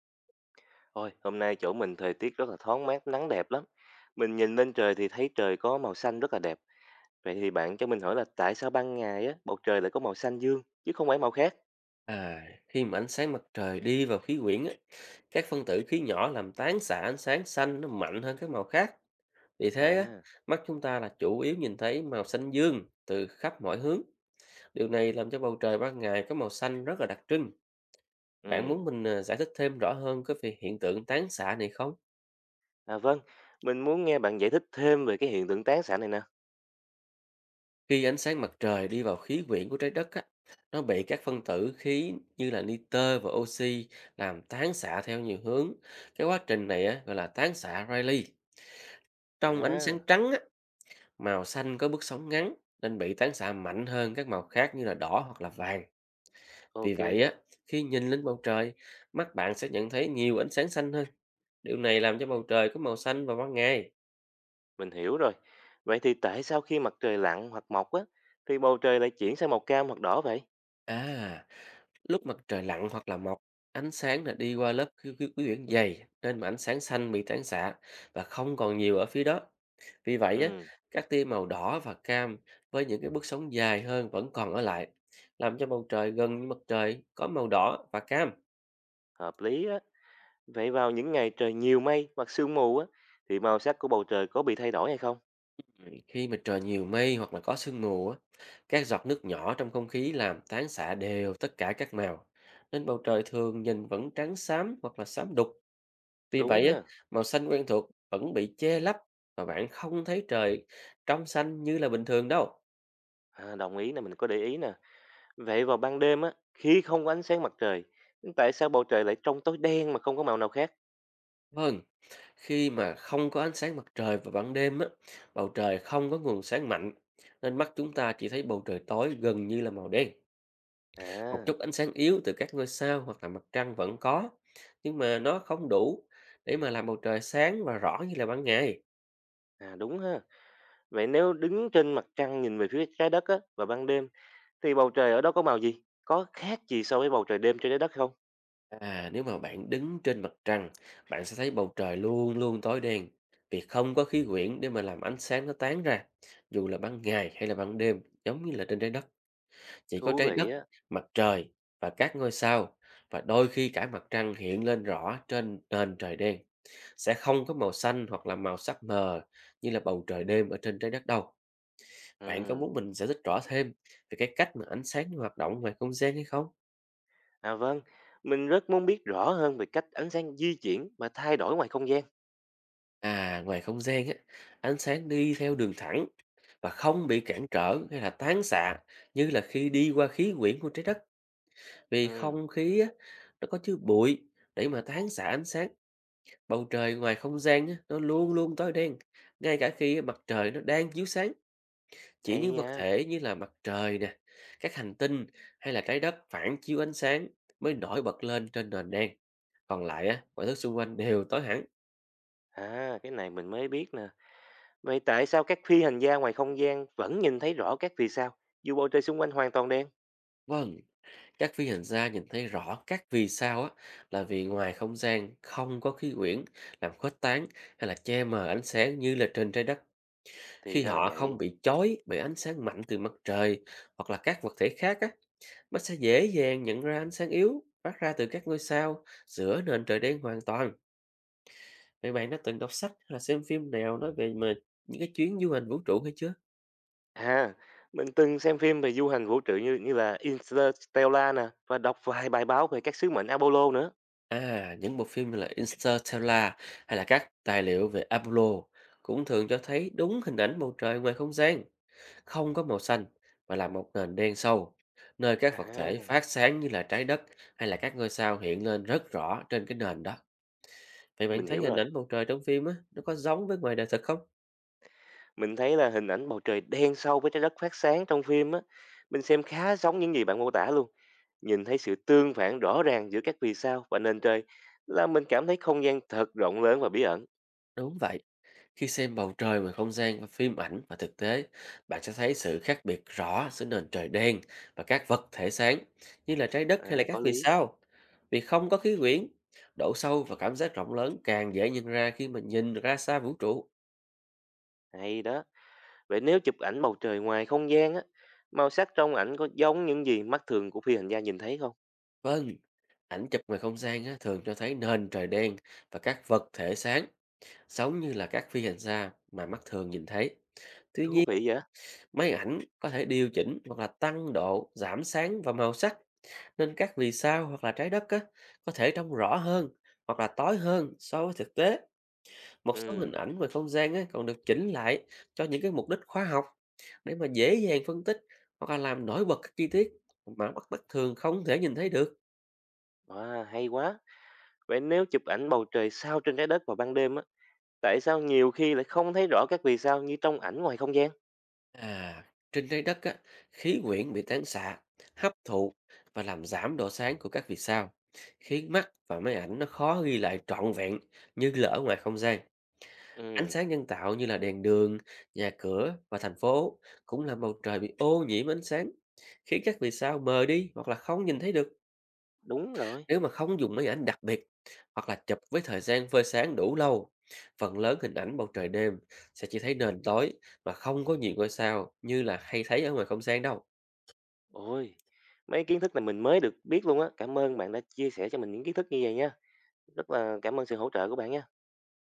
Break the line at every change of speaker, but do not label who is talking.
Thôi, hôm nay chỗ mình thời tiết rất là thoáng mát, nắng đẹp lắm. Mình nhìn lên trời thì thấy trời có màu xanh rất là đẹp. Vậy thì bạn cho mình hỏi là tại sao ban ngày á, bầu trời lại có màu xanh dương, chứ không phải màu khác?
À, khi mà ánh sáng mặt trời đi vào khí quyển á, các phân tử khí nhỏ làm tán xạ ánh sáng xanh nó mạnh hơn các màu khác. Vì thế á,
À,
mắt chúng ta là chủ yếu nhìn thấy màu xanh dương từ khắp mọi hướng. Điều này làm cho bầu trời ban ngày có màu xanh rất là đặc trưng. Bạn
ừ,
muốn mình giải thích thêm rõ hơn cái về hiện tượng tán xạ này không?
à vâng, mình muốn nghe bạn giải thích thêm về cái hiện tượng tán xạ này nè.
Khi ánh sáng mặt trời đi vào khí quyển của trái đất á, nó bị các phân tử khí như là nitơ và oxy làm tán xạ theo nhiều hướng. Cái quá trình này á, gọi là tán xạ Rayleigh. Trong ánh sáng
À,
trắng á, màu xanh có bước sóng ngắn nên bị tán xạ mạnh hơn các màu khác như là đỏ hoặc là vàng. Vì
ok,
vậy á, khi nhìn lên bầu trời, mắt bạn sẽ nhận thấy nhiều ánh sáng xanh hơn. Điều này làm cho bầu trời có màu xanh vào ban ngày.
mình hiểu rồi. Vậy thì tại sao khi mặt trời lặn hoặc mọc á, thì bầu trời lại chuyển sang màu cam hoặc đỏ vậy?
À, lúc mặt trời lặn hoặc là mọc, ánh sáng là đi qua lớp khí khí quyển dày nên mà ánh sáng xanh bị tán xạ và không còn nhiều ở phía đó. Vì vậy á,
Ừ,
các tia màu đỏ và cam với những cái bước sóng dài hơn vẫn còn ở lại, làm cho bầu trời gần như mặt trời có màu đỏ và cam.
hợp lý á. Vậy vào những ngày trời nhiều mây hoặc sương mù á, thì màu sắc của bầu trời có bị thay đổi hay không?
Ừ, khi mà trời nhiều mây hoặc là có sương mù á, các giọt nước nhỏ trong không khí làm tán xạ đều tất cả các màu, nên bầu trời thường nhìn vẫn trắng xám hoặc là xám đục. Vì
Đúng
vậy á,
ha,
màu xanh quen thuộc vẫn bị che lấp và bạn không thấy trời trong xanh như là bình thường đâu.
à, đồng ý nè, mình có để ý nè. Vậy vào ban đêm á, khi không có ánh sáng mặt trời, tại sao bầu trời lại trông tối đen mà không có màu nào khác?
Vâng, khi mà không có ánh sáng mặt trời vào ban đêm á, bầu trời không có nguồn sáng mạnh nên mắt chúng ta chỉ thấy bầu trời tối gần như là màu đen. Một
À,
chút ánh sáng yếu từ các ngôi sao hoặc là mặt trăng vẫn có, nhưng mà nó không đủ để mà làm bầu trời sáng và rõ như là ban ngày.
à đúng ha. Vậy nếu đứng trên mặt trăng nhìn về phía trái đất á, vào ban đêm, thì bầu trời ở đó có màu gì? Có khác gì so với bầu trời đêm trên trái đất không?
À, nếu mà bạn đứng trên mặt trăng, bạn sẽ thấy bầu trời luôn luôn tối đen vì không có khí quyển để mà làm ánh sáng nó tán ra. Dù là ban ngày hay là ban đêm, giống như là trên trái đất, chỉ có
Thú
trái đất,
vị á.
mặt trời và các ngôi sao và đôi khi cả mặt trăng hiện lên rõ trên nền trời đen, sẽ không có màu xanh hoặc là màu sắc mờ như là bầu trời đêm ở trên trái đất đâu. Bạn có
Ừ.
muốn mình giải thích rõ thêm về cái cách mà ánh sáng hoạt động ngoài không gian hay không?
À vâng, mình rất muốn biết rõ hơn về cách ánh sáng di chuyển và thay đổi ngoài không gian.
À, ngoài không gian á, ánh sáng đi theo đường thẳng và không bị cản trở hay là tán xạ như là khi đi qua khí quyển của trái đất, vì
Ừ,
không khí á, nó có chứa bụi để mà tán xạ ánh sáng. Bầu trời ngoài không gian á, nó luôn luôn tối đen, ngay cả khi á, mặt trời nó đang chiếu sáng. Chỉ
hay
những vật
nha.
thể như là mặt trời nè, các hành tinh hay là trái đất phản chiếu ánh sáng mới nổi bật lên trên nền đen. Còn lại á, mọi thứ xung quanh đều tối hẳn.
À, cái này mình mới biết nè. Vậy tại sao các phi hành gia ngoài không gian vẫn nhìn thấy rõ các vì sao, dù bầu trời xung quanh hoàn toàn đen?
Vâng. Các phi hành gia nhìn thấy rõ các vì sao á là vì ngoài không gian không có khí quyển làm khuếch tán hay là che mờ ánh sáng như là trên trái đất.
Thì
Khi
ra là
họ không
vậy.
bị chói bởi ánh sáng mạnh từ mặt trời hoặc là các vật thể khác á, mắt sẽ dễ dàng nhận ra ánh sáng yếu phát ra từ các ngôi sao giữa nền trời đen hoàn toàn. Vậy bạn đã từng đọc sách hay là xem phim nào nói về mà những cái chuyến du hành vũ trụ hay chưa?
À, mình từng xem phim về du hành vũ trụ như như là Interstellar nè và đọc vài bài báo về các sứ mệnh Apollo nữa.
À, những bộ phim như là Interstellar hay là các tài liệu về Apollo cũng thường cho thấy đúng hình ảnh bầu trời ngoài không gian, không có màu xanh mà là một nền đen sâu, nơi các vật
À,
thể phát sáng như là trái đất hay là các ngôi sao hiện lên rất rõ trên cái nền đó. Vậy bạn
mình
thấy
hiểu
hình
rồi.
ảnh bầu trời trong phim á, nó có giống với ngoài đời thật không?
Mình thấy là hình ảnh bầu trời đen sâu với trái đất phát sáng trong phim á, mình xem khá giống những gì bạn mô tả luôn. Nhìn thấy sự tương phản rõ ràng giữa các vì sao và nền trời là mình cảm thấy không gian thật rộng lớn và bí ẩn.
Đúng vậy. Khi xem bầu trời ngoài không gian và phim ảnh và thực tế, bạn sẽ thấy sự khác biệt rõ giữa nền trời đen và các vật thể sáng như là trái đất hay là
À, có
các vì
lý.
sao. Vì không có khí quyển, độ sâu và cảm giác rộng lớn càng dễ nhận ra khi mình nhìn ra xa vũ trụ.
Hay đó. Vậy nếu chụp ảnh bầu trời ngoài không gian á, màu sắc trong ảnh có giống những gì mắt thường của phi hành gia nhìn thấy không?
Vâng, ảnh chụp ngoài không gian á, thường cho thấy nền trời đen và các vật thể sáng giống như là các phi hành gia mà mắt thường nhìn thấy. Tuy
Thú
nhiên,
vị vậy?
máy ảnh có thể điều chỉnh hoặc là tăng độ, giảm sáng và màu sắc nên các vì sao hoặc là trái đất á, có thể trông rõ hơn hoặc là tối hơn so với thực tế. Một số
Ừ,
hình ảnh về không gian á, còn được chỉnh lại cho những cái mục đích khoa học để mà dễ dàng phân tích hoặc là làm nổi bật các chi tiết mà mắt bất thường không thể nhìn thấy được.
à hay quá. Vậy nếu chụp ảnh bầu trời sao trên trái đất vào ban đêm á, tại sao nhiều khi lại không thấy rõ các vì sao như trong ảnh ngoài không gian?
À, trên trái đất á, khí quyển bị tán xạ, hấp thụ và làm giảm độ sáng của các vì sao, khiến mắt và máy ảnh nó khó ghi lại trọn vẹn như là ở ngoài không gian. Ánh
Ừ,
sáng nhân tạo như là đèn đường, nhà cửa và thành phố cũng làm bầu trời bị ô nhiễm ánh sáng, khiến các vì sao mờ đi hoặc là không nhìn thấy được.
đúng rồi.
Nếu mà không dùng máy ảnh đặc biệt hoặc là chụp với thời gian phơi sáng đủ lâu, phần lớn hình ảnh bầu trời đêm sẽ chỉ thấy nền tối mà không có nhiều ngôi sao như là hay thấy ở ngoài không gian đâu.
Ôi, mấy kiến thức này mình mới được biết luôn á. Cảm ơn bạn đã chia sẻ cho mình những kiến thức như vậy nha. Rất là cảm ơn sự hỗ trợ của bạn nha.